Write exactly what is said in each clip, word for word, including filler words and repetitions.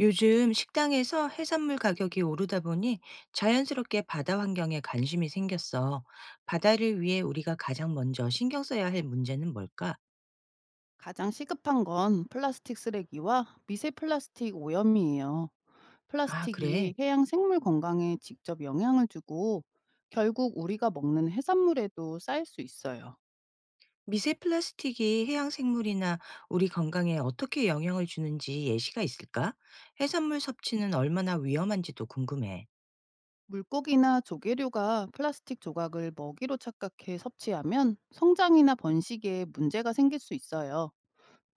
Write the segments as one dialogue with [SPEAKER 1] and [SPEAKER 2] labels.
[SPEAKER 1] 요즘 식당에서 해산물 가격이 오르다 보니 자연스럽게 바다 환경에 관심이 생겼어. 바다를 위해 우리가 가장 먼저 신경 써야 할 문제는 뭘까?
[SPEAKER 2] 가장 시급한 건 플라스틱 쓰레기와 미세 플라스틱 오염이에요.
[SPEAKER 1] 아, 그래.
[SPEAKER 2] 플라스틱이 해양 생물 건강에 직접 영향을 주고 결국 우리가 먹는 해산물에도 쌓일 수 있어요.
[SPEAKER 1] 미세 플라스틱이 해양 생물이나 우리 건강에 어떻게 영향을 주는지 예시가 있을까? 해산물 섭취는 얼마나 위험한지도 궁금해.
[SPEAKER 2] 물고기나 조개류가 플라스틱 조각을 먹이로 착각해 섭취하면 성장이나 번식에 문제가 생길 수 있어요.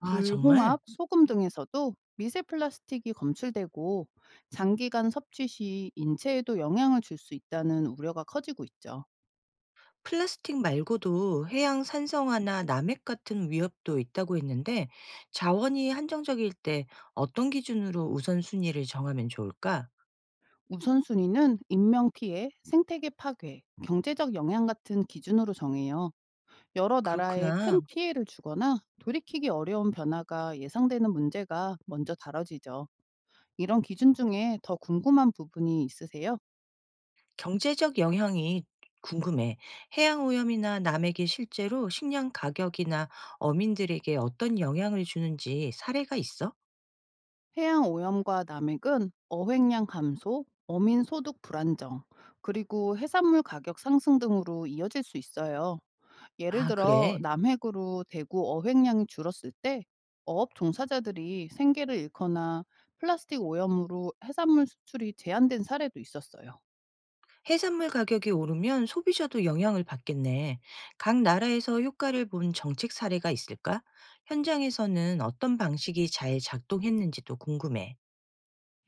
[SPEAKER 1] 아, 정말?
[SPEAKER 2] 홍합, 소금 등에서도 미세 플라스틱이 검출되고 장기간 섭취 시 인체에도 영향을 줄 수 있다는 우려가 커지고 있죠.
[SPEAKER 1] 플라스틱 말고도 해양 산성화나 남핵 같은 위협도 있다고 했는데 자원이 한정적일 때 어떤 기준으로 우선순위를 정하면 좋을까?
[SPEAKER 2] 우선순위는 인명 피해, 생태계 파괴, 경제적 영향 같은 기준으로 정해요. 여러 나라에
[SPEAKER 1] 그렇구나.
[SPEAKER 2] 큰 피해를 주거나 돌이키기 어려운 변화가 예상되는 문제가 먼저 다뤄지죠. 이런 기준 중에 더 궁금한 부분이 있으세요?
[SPEAKER 1] 경제적 영향이 궁금해. 해양 오염이나 남핵이 실제로 식량 가격이나 어민들에게 어떤 영향을 주는지 사례가 있어?
[SPEAKER 2] 해양 오염과 남획은 어획량 감소, 어민 소득 불안정, 그리고 해산물 가격 상승 등으로 이어질 수 있어요. 예를
[SPEAKER 1] 아,
[SPEAKER 2] 들어
[SPEAKER 1] 그래.
[SPEAKER 2] 남핵으로 대구 어획량이 줄었을 때 어업 종사자들이 생계를 잃거나 플라스틱 오염으로 해산물 수출이 제한된 사례도 있었어요.
[SPEAKER 1] 해산물 가격이 오르면 소비자도 영향을 받겠네. 각 나라에서 효과를 본 정책 사례가 있을까? 현장에서는 어떤 방식이 잘 작동했는지도 궁금해.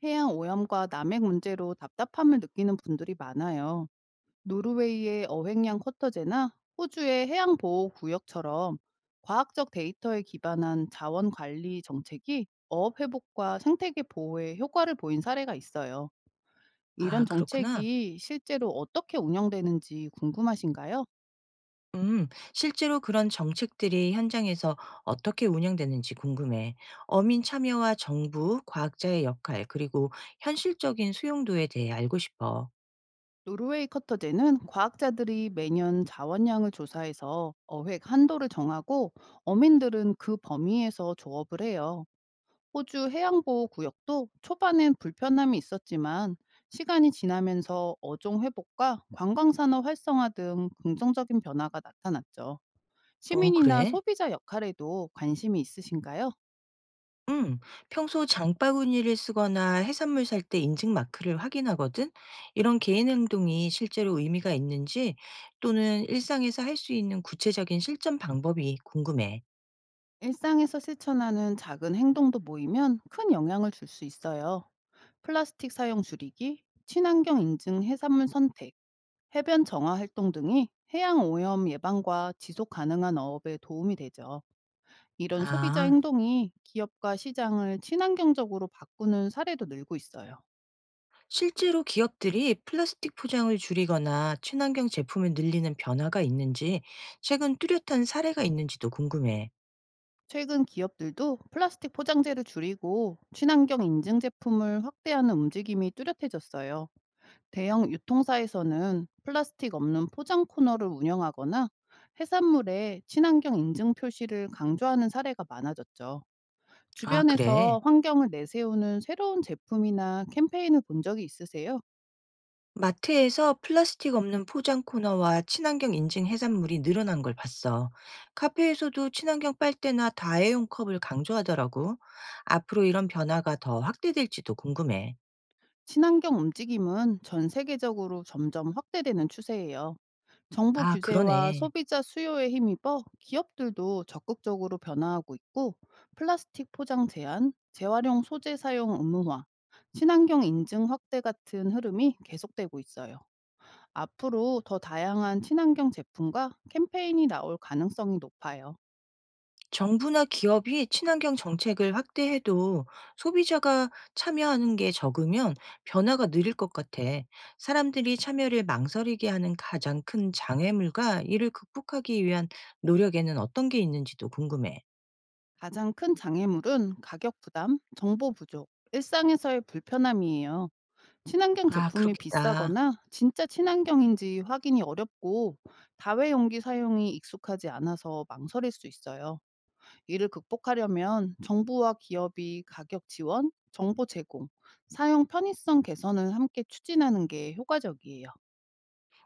[SPEAKER 2] 해양 오염과 남핵 문제로 답답함을 느끼는 분들이 많아요. 노르웨이의 어획량 쿼터제나 호주의 해양 보호 구역처럼 과학적 데이터에 기반한 자원 관리 정책이 어업 회복과 생태계 보호에 효과를 보인 사례가 있어요. 이런
[SPEAKER 1] 아, 그렇구나.
[SPEAKER 2] 정책이 실제로 어떻게 운영되는지 궁금하신가요?
[SPEAKER 1] 음, 실제로 그런 정책들이 현장에서 어떻게 운영되는지 궁금해. 어민 참여와 정부, 과학자의 역할, 그리고 현실적인 수용도에 대해 알고 싶어.
[SPEAKER 2] 노르웨이 커터제는 과학자들이 매년 자원량을 조사해서 어획 한도를 정하고 어민들은 그 범위에서 조업을 해요. 호주 해양보호 구역도 초반엔 불편함이 있었지만 시간이 지나면서 어종 회복과 관광산업 활성화 등 긍정적인 변화가 나타났죠.
[SPEAKER 1] 어,
[SPEAKER 2] 시민이나
[SPEAKER 1] 그래?
[SPEAKER 2] 소비자 역할에도 관심이 있으신가요?
[SPEAKER 1] 음, 평소 장바구니를 쓰거나 해산물 살 때 인증 마크를 확인하거든. 이런 개인 행동이 실제로 의미가 있는지 또는 일상에서 할 수 있는 구체적인 실천 방법이 궁금해.
[SPEAKER 2] 일상에서 실천하는 작은 행동도 모이면 큰 영향을 줄 수 있어요. 플라스틱 사용 줄이기, 친환경 인증 해산물 선택, 해변 정화 활동 등이 해양 오염 예방과 지속 가능한 어업에 도움이 되죠. 이런 소비자
[SPEAKER 1] 아,
[SPEAKER 2] 행동이 기업과 시장을 친환경적으로 바꾸는 사례도 늘고 있어요.
[SPEAKER 1] 실제로 기업들이 플라스틱 포장을 줄이거나 친환경 제품을 늘리는 변화가 있는지 최근 뚜렷한 사례가 있는지도 궁금해.
[SPEAKER 2] 최근 기업들도 플라스틱 포장재를 줄이고 친환경 인증 제품을 확대하는 움직임이 뚜렷해졌어요. 대형 유통사에서는 플라스틱 없는 포장 코너를 운영하거나 해산물에 친환경 인증 표시를 강조하는 사례가 많아졌죠.
[SPEAKER 1] 아, 그래.
[SPEAKER 2] 주변에서 환경을 내세우는 새로운 제품이나 캠페인을 본 적이 있으세요?
[SPEAKER 1] 마트에서 플라스틱 없는 포장 코너와 친환경 인증 해산물이 늘어난 걸 봤어. 카페에서도 친환경 빨대나 다회용 컵을 강조하더라고. 앞으로 이런 변화가 더 확대될지도 궁금해.
[SPEAKER 2] 친환경 움직임은 전 세계적으로 점점 확대되는 추세예요. 정부
[SPEAKER 1] 아,
[SPEAKER 2] 규제와
[SPEAKER 1] 그러네.
[SPEAKER 2] 소비자 수요에 힘입어 기업들도 적극적으로 변화하고 있고 플라스틱 포장 제한, 재활용 소재 사용 의무화, 친환경 인증 확대 같은 흐름이 계속되고 있어요. 앞으로 더 다양한 친환경 제품과 캠페인이 나올 가능성이 높아요.
[SPEAKER 1] 정부나 기업이 친환경 정책을 확대해도 소비자가 참여하는 게 적으면 변화가 느릴 것 같아. 사람들이 참여를 망설이게 하는 가장 큰 장애물과 이를 극복하기 위한 노력에는 어떤 게 있는지도 궁금해.
[SPEAKER 2] 가장 큰 장애물은 가격 부담, 정보 부족, 일상에서의 불편함이에요. 친환경
[SPEAKER 1] 아
[SPEAKER 2] 제품이
[SPEAKER 1] 그렇겠다.
[SPEAKER 2] 비싸거나 진짜 친환경인지 확인이 어렵고 다회용기 사용이 익숙하지 않아서 망설일 수 있어요. 이를 극복하려면 정부와 기업이 가격 지원, 정보 제공, 사용 편의성 개선을 함께 추진하는 게 효과적이에요.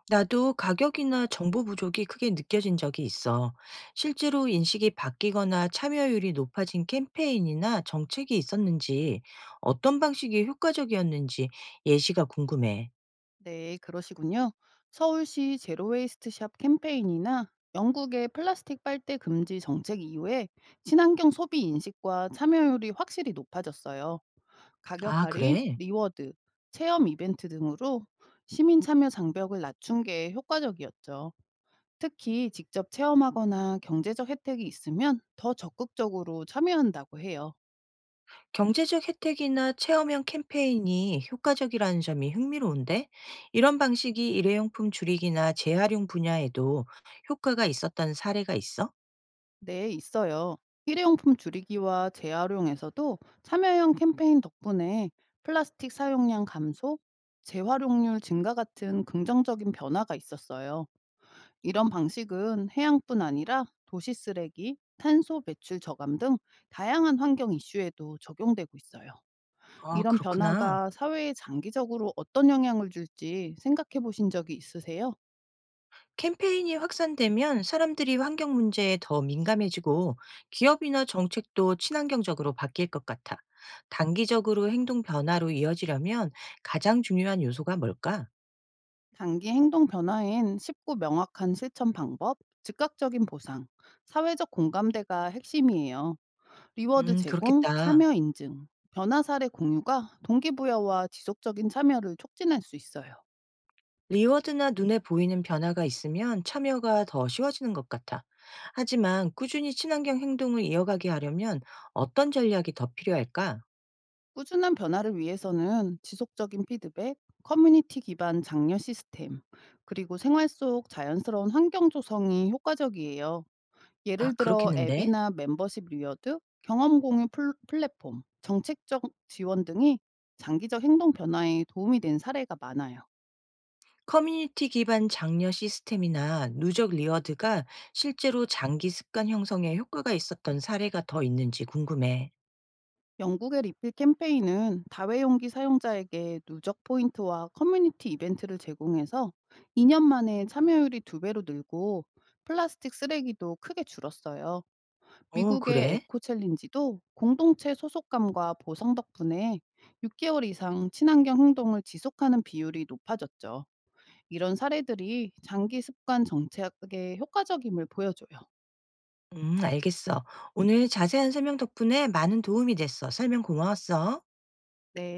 [SPEAKER 1] 나도 가격이나 정보 부족이 크게 느껴진 적이 있어. 실제로 인식이 바뀌거나 참여율이 높아진 캠페인이나 정책이 있었는지, 어떤 방식이 효과적이었는지 예시가 궁금해.
[SPEAKER 2] 네, 그러시군요. 서울시 제로웨이스트 샵 캠페인이나 영국의 플라스틱 빨대 금지 정책 이후에 친환경 소비 인식과 참여율이 확실히 높아졌어요. 가격
[SPEAKER 1] 아,
[SPEAKER 2] 할인,
[SPEAKER 1] 그래?
[SPEAKER 2] 리워드, 체험 이벤트 등으로 시민 참여 장벽을 낮춘 게 효과적이었죠. 특히 직접 체험하거나 경제적 혜택이 있으면 더 적극적으로 참여한다고 해요.
[SPEAKER 1] 경제적 혜택이나 체험형 캠페인이 효과적이라는 점이 흥미로운데? 이런 방식이 일회용품 줄이기나 재활용 분야에도 효과가 있었던 사례가 있어?
[SPEAKER 2] 네, 있어요. 일회용품 줄이기와 재활용에서도 참여형 캠페인 덕분에 플라스틱 사용량 감소, 재활용률 증가 같은 긍정적인 변화가 있었어요. 이런 방식은 해양뿐 아니라 도시 쓰레기, 탄소 배출 저감 등 다양한 환경 이슈에도 적용되고 있어요.
[SPEAKER 1] 아,
[SPEAKER 2] 이런
[SPEAKER 1] 그렇구나.
[SPEAKER 2] 변화가 사회에 장기적으로 어떤 영향을 줄지 생각해 보신 적이 있으세요?
[SPEAKER 1] 캠페인이 확산되면 사람들이 환경 문제에 더 민감해지고 기업이나 정책도 친환경적으로 바뀔 것 같아. 단기적으로 행동 변화로 이어지려면 가장 중요한 요소가 뭘까?
[SPEAKER 2] 단기 행동 변화엔 쉽고 명확한 실천 방법, 즉각적인 보상, 사회적 공감대가 핵심이에요. 리워드
[SPEAKER 1] 음,
[SPEAKER 2] 제공,
[SPEAKER 1] 그렇겠다.
[SPEAKER 2] 참여 인증, 변화 사례 공유가 동기부여와 지속적인 참여를 촉진할 수 있어요.
[SPEAKER 1] 리워드나 눈에 보이는 변화가 있으면 참여가 더 쉬워지는 것 같아. 하지만 꾸준히 친환경 행동을 이어가게 하려면 어떤 전략이 더 필요할까?
[SPEAKER 2] 꾸준한 변화를 위해서는 지속적인 피드백, 커뮤니티 기반 장려 시스템, 그리고 생활 속 자연스러운 환경 조성이 효과적이에요.
[SPEAKER 1] 아,
[SPEAKER 2] 예를 들어
[SPEAKER 1] 그렇겠는데.
[SPEAKER 2] 앱이나 멤버십 리워드, 경험 공유 플- 플랫폼, 정책적 지원 등이 장기적 행동 변화에 도움이 된 사례가 많아요.
[SPEAKER 1] 커뮤니티 기반 장려 시스템이나 누적 리워드가 실제로 장기 습관 형성에 효과가 있었던 사례가 더 있는지 궁금해.
[SPEAKER 2] 영국의 리필 캠페인은 다회용기 사용자에게 누적 포인트와 커뮤니티 이벤트를 제공해서 이 년 만에 참여율이 두 배로 늘고 플라스틱 쓰레기도 크게 줄었어요.
[SPEAKER 1] 어,
[SPEAKER 2] 미국의
[SPEAKER 1] 그래?
[SPEAKER 2] 에코 챌린지도 공동체 소속감과 보상 덕분에 육 개월 이상 친환경 행동을 지속하는 비율이 높아졌죠. 이런 사례들이 장기 습관 정착에 효과적임을 보여줘요.
[SPEAKER 1] 음, 알겠어. 오늘 자세한 설명 덕분에 많은 도움이 됐어. 설명 고마웠어.
[SPEAKER 2] 네.